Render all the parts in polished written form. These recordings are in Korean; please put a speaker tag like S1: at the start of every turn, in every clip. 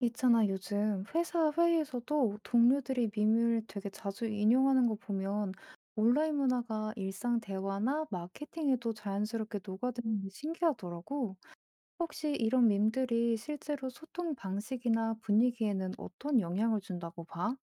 S1: 있잖아, 요즘 회사 회의에서도 동료들이 밈을 되게 자주 인용하는 거 보면 온라인 문화가 일상 대화나 마케팅에도 자연스럽게 녹아드는 게 신기하더라고. 혹시 이런 밈들이 실제로 소통 방식이나 분위기에는 어떤 영향을 준다고 봐?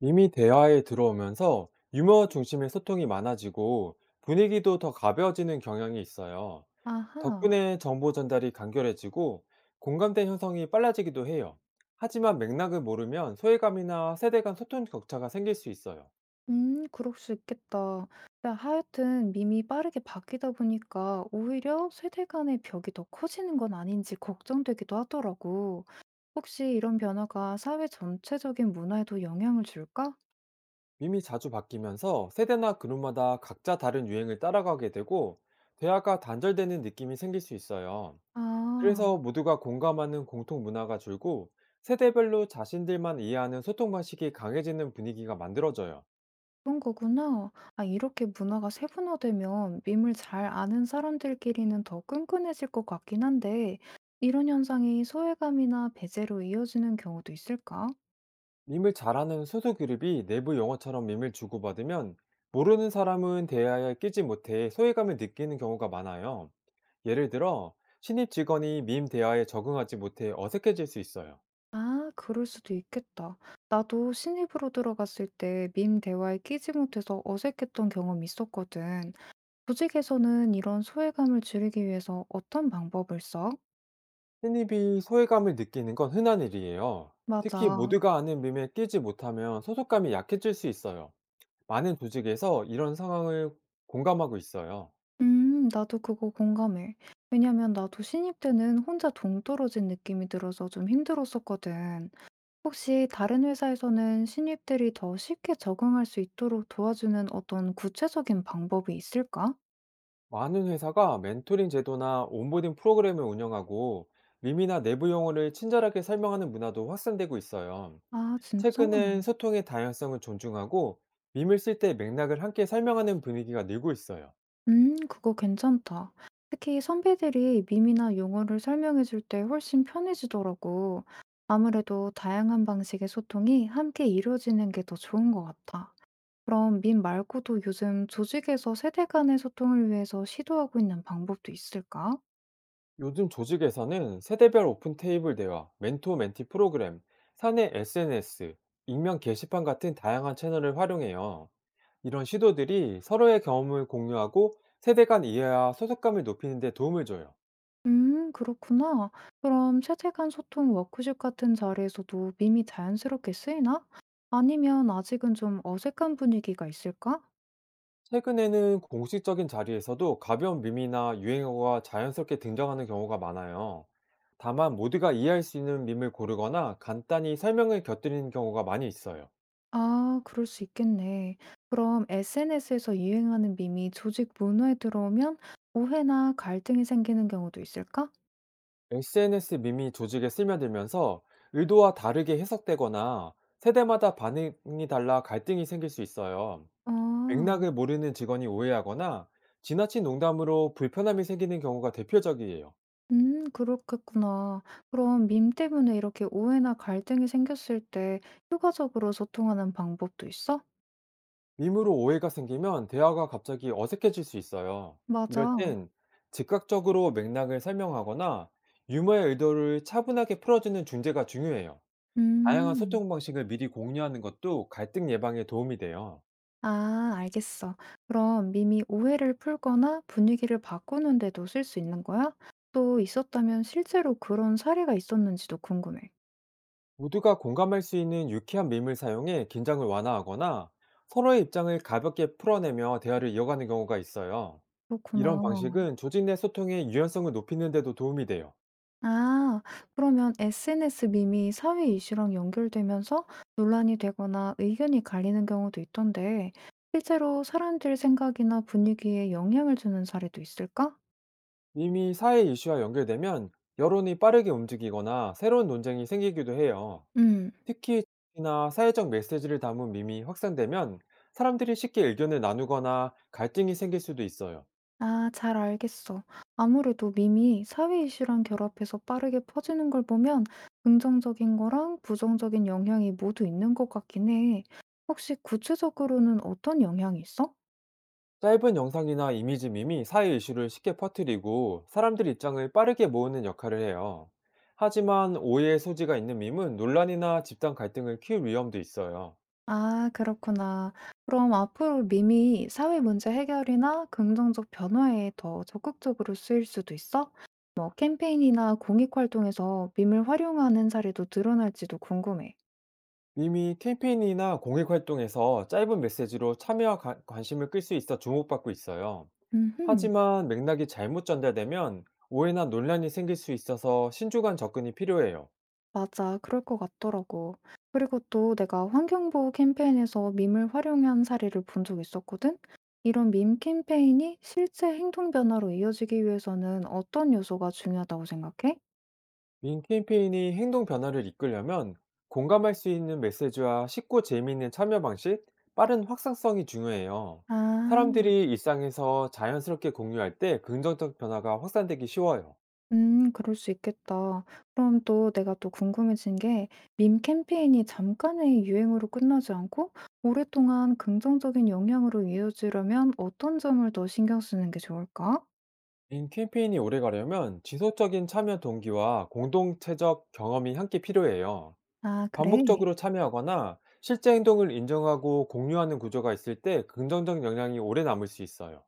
S2: 이미 대화에 들어오면서 유머 중심의 소통이 많아지고 분위기도 더 가벼워지는 경향이 있어요.
S1: 아하.
S2: 덕분에 정보 전달이 간결해지고 공감대 형성이 빨라지기도 해요. 하지만 맥락을 모르면 소외감이나 세대 간 소통 격차가 생길 수 있어요.
S1: 그럴 수 있겠다. 야, 하여튼 밈이 빠르게 바뀌다 보니까 오히려 세대 간의 벽이 더 커지는 건 아닌지 걱정되기도 하더라고. 혹시 이런 변화가 사회 전체적인 문화에도 영향을 줄까?
S2: 이미 자주 바뀌면서 세대나 그룹마다 각자 다른 유행을 따라가게 되고 대화가 단절되는 느낌이 생길 수 있어요.
S1: 아,
S2: 그래서 모두가 공감하는 공통 문화가 줄고 세대별로 자신들만 이해하는 소통 방식이 강해지는 분위기가 만들어져요.
S1: 그런 거구나. 아, 이렇게 문화가 세분화되면 밈을 잘 아는 사람들끼리는 더 끈끈해질 것 같긴 한데, 이런 현상이 소외감이나 배제로 이어지는 경우도 있을까?
S2: 밈을 잘하는 소수 그룹이 내부 영어처럼 밈을 주고받으면 모르는 사람은 대화에 끼지 못해 소외감을 느끼는 경우가 많아요. 예를 들어 신입 직원이 밈 대화에 적응하지 못해 어색해질 수 있어요.
S1: 아, 그럴 수도 있겠다. 나도 신입으로 들어갔을 때 밈 대화에 끼지 못해서 어색했던 경험이 있었거든. 조직에서는 이런 소외감을 줄이기 위해서 어떤 방법을 써?
S2: 신입이 소외감을 느끼는 건 흔한 일이에요. 특히
S1: 맞아.
S2: 모두가 아는 밈에 끼지 못하면 소속감이 약해질 수 있어요. 많은 조직에서 이런 상황을 공감하고 있어요.
S1: 나도 그거 공감해. 왜냐면 나도 신입 때는 혼자 동떨어진 느낌이 들어서 좀 힘들었었거든. 혹시 다른 회사에서는 신입들이 더 쉽게 적응할 수 있도록 도와주는 어떤 구체적인 방법이 있을까?
S2: 많은 회사가 멘토링 제도나 온보딩 프로그램을 운영하고 밈이나 내부 용어를 친절하게 설명하는 문화도 확산되고 있어요.
S1: 아, 진짜?
S2: 최근엔 소통의 다양성을 존중하고 밈을 쓸 때 맥락을 함께 설명하는 분위기가 늘고 있어요.
S1: 그거 괜찮다. 특히 선배들이 밈이나 용어를 설명해줄 때 훨씬 편해지더라고. 아무래도 다양한 방식의 소통이 함께 이루어지는 게 더 좋은 것 같아. 그럼 밈 말고도 요즘 조직에서 세대 간의 소통을 위해서 시도하고 있는 방법도 있을까?
S2: 요즘 조직에서는 세대별 오픈 테이블 대화, 멘토 멘티 프로그램, 사내 SNS, 익명 게시판 같은 다양한 채널을 활용해요. 이런 시도들이 서로의 경험을 공유하고 세대 간 이해와 소속감을 높이는 데 도움을 줘요.
S1: 그렇구나. 그럼 세대 간 소통 워크숍 같은 자리에서도 밈이 자연스럽게 쓰이나? 아니면 아직은 좀 어색한 분위기가 있을까?
S2: 최근에는 공식적인 자리에서도 가벼운 밈이나 유행어가 자연스럽게 등장하는 경우가 많아요. 다만 모두가 이해할 수 있는 밈을 고르거나 간단히 설명을 곁들이는 경우가 많이 있어요.
S1: 아, 그럴 수 있겠네. 그럼 SNS에서 유행하는 밈이 조직 문화에 들어오면 오해나 갈등이 생기는 경우도 있을까?
S2: SNS 밈이 조직에 스며들면서 의도와 다르게 해석되거나 세대마다 반응이 달라 갈등이 생길 수 있어요.
S1: 아.
S2: 맥락을 모르는 직원이 오해하거나 지나친 농담으로 불편함이 생기는 경우가 대표적이에요.
S1: 그렇겠구나. 그럼 밈 때문에 이렇게 오해나 갈등이 생겼을 때 효과적으로 소통하는 방법도 있어?
S2: 밈으로 오해가 생기면 대화가 갑자기 어색해질 수 있어요. 이럴
S1: 맞아.
S2: 땐 즉각적으로 맥락을 설명하거나 유머의 의도를 차분하게 풀어주는 중재가 중요해요. 다양한
S1: 음.
S2: 소통 방식을 미리 공유하는 것도 갈등 예방에 도움이 돼요.
S1: 아, 알겠어. 그럼 밈이 오해를 풀거나 분위기를 바꾸는데도 쓸 수 있는 거야? 또 있었다면 실제로 그런 사례가 있었는지도 궁금해.
S2: 모두가 공감할 수 있는 유쾌한 밈을 사용해 긴장을 완화하거나 서로의 입장을 가볍게 풀어내며 대화를 이어가는 경우가 있어요. 이런
S1: 그렇구나.
S2: 방식은 조직 내 소통의 유연성을 높이는 데도 도움이 돼요.
S1: 아, 그러면 SNS 밈이 사회 이슈랑 연결되면서 논란이 되거나 의견이 갈리는 경우도 있던데, 실제로 사람들 생각이나 분위기에 영향을 주는 사례도 있을까?
S2: 밈이 사회 이슈와 연결되면 여론이 빠르게 움직이거나 새로운 논쟁이 생기기도 해요.
S1: 음.
S2: 특히 정치나 사회적 메시지를 담은 밈이 확산되면 사람들이 쉽게 의견을 나누거나 갈등이 생길 수도 있어요.
S1: 아, 잘 알겠어. 아무래도 밈이 사회 이슈랑 결합해서 빠르게 퍼지는 걸 보면 긍정적인 거랑 부정적인 영향이 모두 있는 것 같긴 해. 혹시 구체적으로는 어떤 영향이 있어?
S2: 짧은 영상이나 이미지 밈이 사회 이슈를 쉽게 퍼뜨리고 사람들 입장을 빠르게 모으는 역할을 해요. 하지만 오해의 소지가 있는 밈은 논란이나 집단 갈등을 키울 위험도 있어요.
S1: 아, 그렇구나. 그럼 앞으로 밈이 사회 문제 해결이나 긍정적 변화에 더 적극적으로 쓰일 수도 있어? 뭐 캠페인이나 공익 활동에서 밈을 활용하는 사례도 늘어날지도 궁금해.
S2: 밈이 캠페인이나 공익 활동에서 짧은 메시지로 참여와 관심을 끌 수 있어 주목받고 있어요.
S1: 음흠.
S2: 하지만 맥락이 잘못 전달되면 오해나 논란이 생길 수 있어서 신중한 접근이 필요해요.
S1: 맞아. 그럴 것 같더라고. 그리고 또 내가 환경보호 캠페인에서 밈을 활용한 사례를 본 적 있었거든? 이런 밈 캠페인이 실제 행동 변화로 이어지기 위해서는 어떤 요소가 중요하다고 생각해?
S2: 민 캠페인이 행동 변화를 이끌려면 공감할 수 있는 메시지와 쉽고 재미있는 참여 방식, 빠른 확산성이 중요해요.
S1: 아.
S2: 사람들이 일상에서 자연스럽게 공유할 때 긍정적 변화가 확산되기 쉬워요.
S1: 그럴 수 있겠다. 그럼 또 내가 또 궁금해진 게, 밈 캠페인이 잠깐의 유행으로 끝나지 않고, 오랫동안 긍정적인 영향으로 이어지려면 어떤 점을 더 신경 쓰는 게 좋을까?
S2: 민 캠페인이 오래 가려면 지속적인 참여 동기와 공동체적 경험이 함께 필요해요.
S1: 아, 그래?
S2: 반복적으로 참여하거나 실제 행동을 인정하고 공유하는 구조가 있을 때 긍정적 영향이 오래 남을 수 있어요.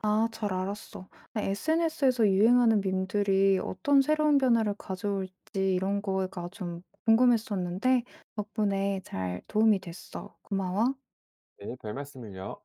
S1: 아, 잘 알았어. SNS에서 유행하는 밈들이 어떤 새로운 변화를 가져올지 이런 거가 좀 궁금했었는데, 덕분에 잘 도움이 됐어. 고마워.
S2: 네, 별 말씀을요.